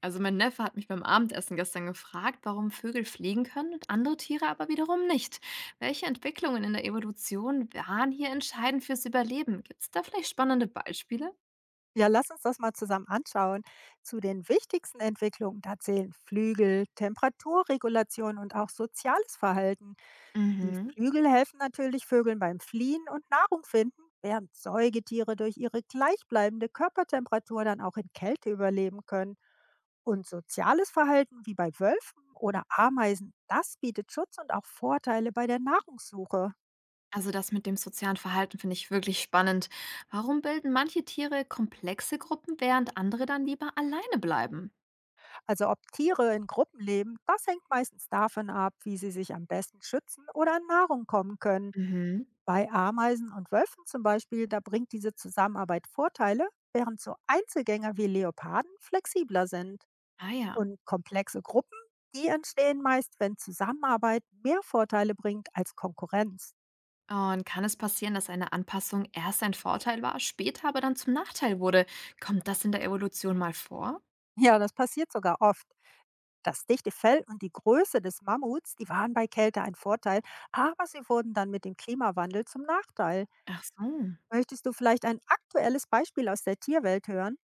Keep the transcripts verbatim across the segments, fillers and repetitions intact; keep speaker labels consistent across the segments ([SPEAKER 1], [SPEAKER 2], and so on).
[SPEAKER 1] Also mein Neffe hat mich beim Abendessen gestern gefragt, warum Vögel fliegen können und andere Tiere aber wiederum nicht. Welche Entwicklungen in der Evolution waren hier entscheidend fürs Überleben? Gibt es da vielleicht spannende Beispiele?
[SPEAKER 2] Ja, lass uns das mal zusammen anschauen. Zu den wichtigsten Entwicklungen, da zählen Flügel, Temperaturregulation und auch soziales Verhalten. Die
[SPEAKER 1] Mhm.
[SPEAKER 2] Flügel helfen natürlich Vögeln beim Fliehen und Nahrung finden, während Säugetiere durch ihre gleichbleibende Körpertemperatur dann auch in Kälte überleben können. Und soziales Verhalten wie bei Wölfen oder Ameisen, das bietet Schutz und auch Vorteile bei der Nahrungssuche.
[SPEAKER 1] Also das mit dem sozialen Verhalten finde ich wirklich spannend. Warum bilden manche Tiere komplexe Gruppen, während andere dann lieber alleine bleiben?
[SPEAKER 2] Also ob Tiere in Gruppen leben, das hängt meistens davon ab, wie sie sich am besten schützen oder an Nahrung kommen können.
[SPEAKER 1] Mhm.
[SPEAKER 2] Bei Ameisen und Wölfen zum Beispiel, da bringt diese Zusammenarbeit Vorteile, während so Einzelgänger wie Leoparden flexibler sind.
[SPEAKER 1] Ah ja.
[SPEAKER 2] Und komplexe Gruppen, die entstehen meist, wenn Zusammenarbeit mehr Vorteile bringt als Konkurrenz.
[SPEAKER 1] Und kann es passieren, dass eine Anpassung erst ein Vorteil war, später aber dann zum Nachteil wurde? Kommt das in der Evolution mal vor?
[SPEAKER 2] Ja, das passiert sogar oft. Das dichte Fell und die Größe des Mammuts, die waren bei Kälte ein Vorteil, aber sie wurden dann mit dem Klimawandel zum Nachteil.
[SPEAKER 1] Ach so.
[SPEAKER 2] Möchtest du vielleicht ein aktuelles Beispiel aus der Tierwelt hören?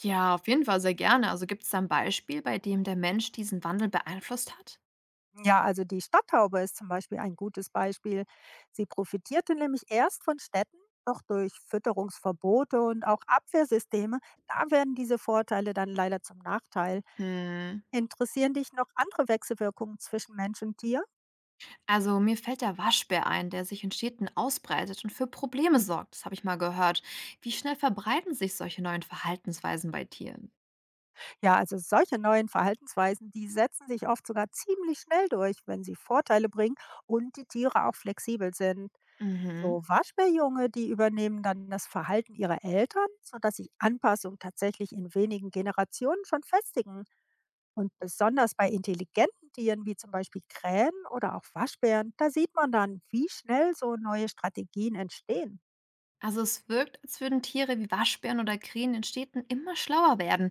[SPEAKER 1] Ja, auf jeden Fall sehr gerne. Also gibt es da 'n Beispiel, bei dem der Mensch diesen Wandel beeinflusst hat?
[SPEAKER 2] Ja, also die Stadtaube ist zum Beispiel ein gutes Beispiel. Sie profitierte nämlich erst von Städten, doch durch Fütterungsverbote und auch Abwehrsysteme, da werden diese Vorteile dann leider zum Nachteil.
[SPEAKER 1] Hm,
[SPEAKER 2] Interessieren dich noch andere Wechselwirkungen zwischen Mensch und Tier?
[SPEAKER 1] also mir fällt der Waschbär ein, der sich in Städten ausbreitet und für Probleme sorgt. Das habe ich mal gehört. Wie schnell verbreiten sich solche neuen Verhaltensweisen bei Tieren?
[SPEAKER 2] Ja, also solche neuen Verhaltensweisen, die setzen sich oft sogar ziemlich schnell durch, wenn sie Vorteile bringen und die Tiere auch flexibel sind.
[SPEAKER 1] Mhm.
[SPEAKER 2] So Waschbärjunge, die übernehmen dann das Verhalten ihrer Eltern, sodass sich Anpassung tatsächlich in wenigen Generationen schon festigen. Und besonders bei intelligenten Tieren wie zum Beispiel Krähen oder auch Waschbären, da sieht man dann, wie schnell so neue Strategien entstehen.
[SPEAKER 1] Also es wirkt, als würden Tiere wie Waschbären oder Krähen in Städten immer schlauer werden.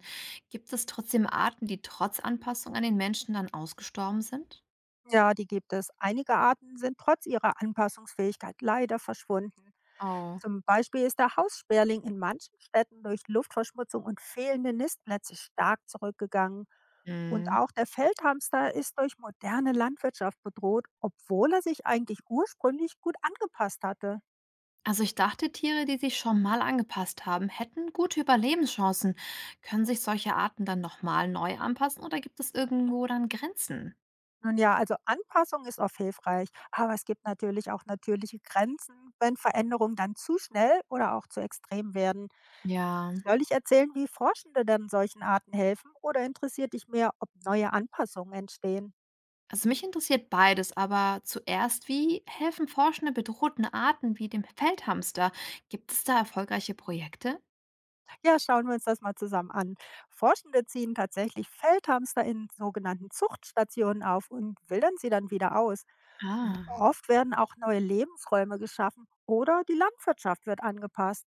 [SPEAKER 1] Gibt es trotzdem Arten, die trotz Anpassung an den Menschen dann ausgestorben sind?
[SPEAKER 2] Ja, die gibt es. Einige Arten sind trotz ihrer Anpassungsfähigkeit leider verschwunden.
[SPEAKER 1] Oh.
[SPEAKER 2] Zum Beispiel ist der Haussperling in manchen Städten durch Luftverschmutzung und fehlende Nistplätze stark zurückgegangen. Und
[SPEAKER 1] Mhm.
[SPEAKER 2] auch der Feldhamster ist durch moderne Landwirtschaft bedroht, obwohl er sich eigentlich ursprünglich gut angepasst hatte.
[SPEAKER 1] Also ich dachte, Tiere, die sich schon mal angepasst haben, hätten gute Überlebenschancen. Können sich solche Arten dann nochmal neu anpassen oder gibt es irgendwo dann Grenzen?
[SPEAKER 2] Nun ja, also Anpassung ist oft hilfreich, aber es gibt natürlich auch natürliche Grenzen, wenn Veränderungen dann zu schnell oder auch zu extrem werden.
[SPEAKER 1] Ja,
[SPEAKER 2] Soll ich erzählen, wie Forschende dann solchen Arten helfen oder interessiert dich mehr, ob neue Anpassungen entstehen?
[SPEAKER 1] also mich interessiert beides, aber zuerst, wie helfen Forschende bedrohten Arten wie dem Feldhamster? Gibt es da erfolgreiche Projekte?
[SPEAKER 2] Ja, schauen wir uns das mal zusammen an. Forschende ziehen tatsächlich Feldhamster in sogenannten Zuchtstationen auf und wildern sie dann wieder aus. Und
[SPEAKER 1] Ah,
[SPEAKER 2] oft werden auch neue Lebensräume geschaffen oder die Landwirtschaft wird angepasst.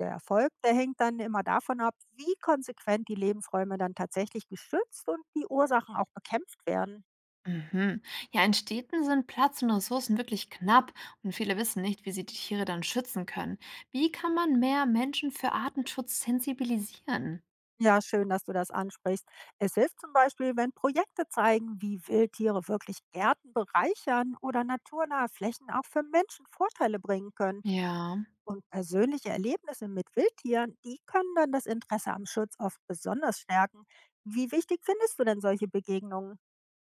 [SPEAKER 2] Der Erfolg, der hängt dann immer davon ab, wie konsequent die Lebensräume dann tatsächlich geschützt und die Ursachen auch bekämpft werden.
[SPEAKER 1] mhm. Ja, in Städten sind Platz und Ressourcen wirklich knapp und viele wissen nicht, wie sie die Tiere dann schützen können. Wie kann man mehr Menschen für Artenschutz sensibilisieren?
[SPEAKER 2] Ja, schön, dass du das ansprichst. Es hilft zum Beispiel, wenn Projekte zeigen, wie Wildtiere wirklich Gärten bereichern oder naturnahe Flächen auch für Menschen Vorteile bringen können.
[SPEAKER 1] Ja,
[SPEAKER 2] Und persönliche Erlebnisse mit Wildtieren, die können dann das Interesse am Schutz oft besonders stärken. Wie wichtig findest du denn solche Begegnungen?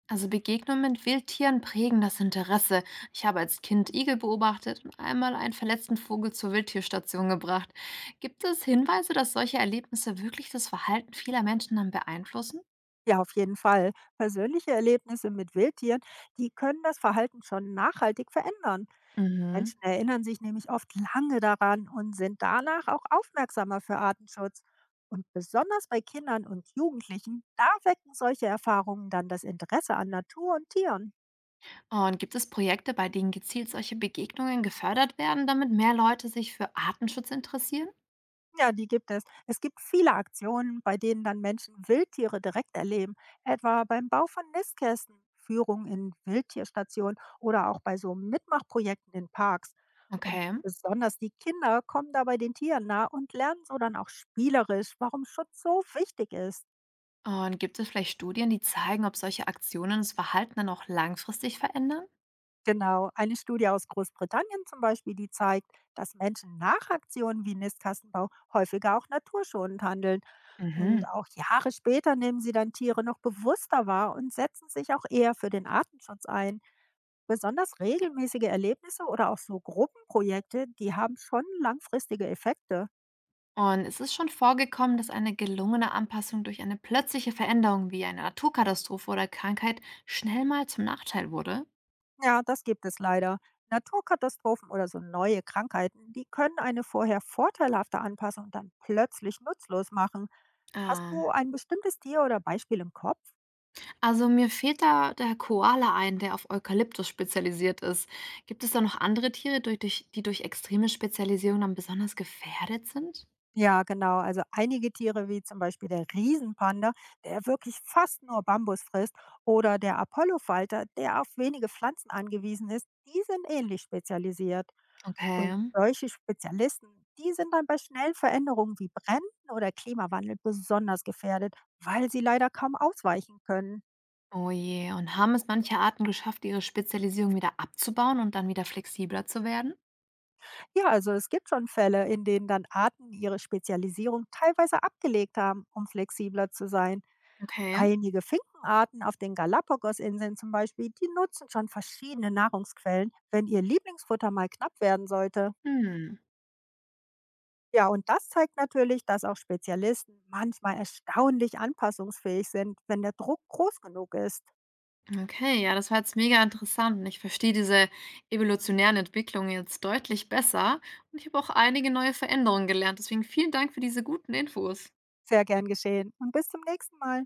[SPEAKER 1] also Begegnungen mit Wildtieren prägen das Interesse. Ich habe als Kind Igel beobachtet und einmal einen verletzten Vogel zur Wildtierstation gebracht. Gibt es Hinweise, dass solche Erlebnisse wirklich das Verhalten vieler Menschen dann beeinflussen?
[SPEAKER 2] Ja, auf jeden Fall. Persönliche Erlebnisse mit Wildtieren, die können das Verhalten schon nachhaltig verändern.
[SPEAKER 1] Mhm.
[SPEAKER 2] Menschen erinnern sich nämlich oft lange daran und sind danach auch aufmerksamer für Artenschutz. Und besonders bei Kindern und Jugendlichen, da wecken solche Erfahrungen dann das Interesse an Natur und Tieren.
[SPEAKER 1] Und gibt es Projekte, bei denen gezielt solche Begegnungen gefördert werden, damit mehr Leute sich für Artenschutz interessieren?
[SPEAKER 2] Ja, die gibt es. Es gibt viele Aktionen, bei denen dann Menschen Wildtiere direkt erleben, etwa beim Bau von Nistkästen, Führung in Wildtierstationen oder auch bei so Mitmachprojekten in Parks. Und
[SPEAKER 1] Okay.
[SPEAKER 2] besonders die Kinder kommen dabei den Tieren nah und lernen so dann auch spielerisch, warum Schutz so wichtig ist.
[SPEAKER 1] Und gibt es vielleicht Studien, die zeigen, ob solche Aktionen das Verhalten dann auch langfristig verändern?
[SPEAKER 2] Genau, eine Studie aus Großbritannien zum Beispiel, die zeigt, dass Menschen nach Aktionen wie Nistkastenbau häufiger auch naturschonend handeln. Und
[SPEAKER 1] Mhm.
[SPEAKER 2] auch Jahre später nehmen sie dann Tiere noch bewusster wahr und setzen sich auch eher für den Artenschutz ein. Besonders regelmäßige Erlebnisse oder auch so Gruppenprojekte, die haben schon langfristige Effekte.
[SPEAKER 1] Und es ist schon vorgekommen, dass eine gelungene Anpassung durch eine plötzliche Veränderung wie eine Naturkatastrophe oder Krankheit schnell mal zum Nachteil wurde.
[SPEAKER 2] Ja, das gibt es leider. Naturkatastrophen oder so neue Krankheiten, die können eine vorher vorteilhafte Anpassung dann plötzlich nutzlos machen. Hast du
[SPEAKER 1] Ah,
[SPEAKER 2] ein bestimmtes Tier oder Beispiel im Kopf?
[SPEAKER 1] also mir fehlt da der Koala ein, der auf Eukalyptus spezialisiert ist. Gibt es da noch andere Tiere, durch, durch, die durch extreme Spezialisierung dann besonders gefährdet sind?
[SPEAKER 2] Ja, genau. Also einige Tiere, wie zum Beispiel der Riesenpanda, der wirklich fast nur Bambus frisst, oder der Apollofalter, der auf wenige Pflanzen angewiesen ist, die sind ähnlich spezialisiert.
[SPEAKER 1] Okay.
[SPEAKER 2] Und solche Spezialisten, die sind dann bei schnellen Veränderungen wie Bränden oder Klimawandel besonders gefährdet, weil sie leider kaum ausweichen können.
[SPEAKER 1] Oh je. Und haben es manche Arten geschafft, ihre Spezialisierung wieder abzubauen und dann wieder flexibler zu werden?
[SPEAKER 2] Ja, also es gibt schon Fälle, in denen dann Arten ihre Spezialisierung teilweise abgelegt haben, um flexibler zu sein.
[SPEAKER 1] Okay.
[SPEAKER 2] Einige Finkenarten auf den Galapagosinseln zum Beispiel, die nutzen schon verschiedene Nahrungsquellen, wenn ihr Lieblingsfutter mal knapp werden sollte.
[SPEAKER 1] Hm.
[SPEAKER 2] Ja, und das zeigt natürlich, dass auch Spezialisten manchmal erstaunlich anpassungsfähig sind, wenn der Druck groß genug ist.
[SPEAKER 1] Okay, ja, das war jetzt mega interessant. Ich verstehe diese evolutionären Entwicklungen jetzt deutlich besser und ich habe auch einige neue Veränderungen gelernt. Deswegen vielen Dank für diese guten Infos.
[SPEAKER 2] Sehr gern geschehen und bis zum nächsten Mal.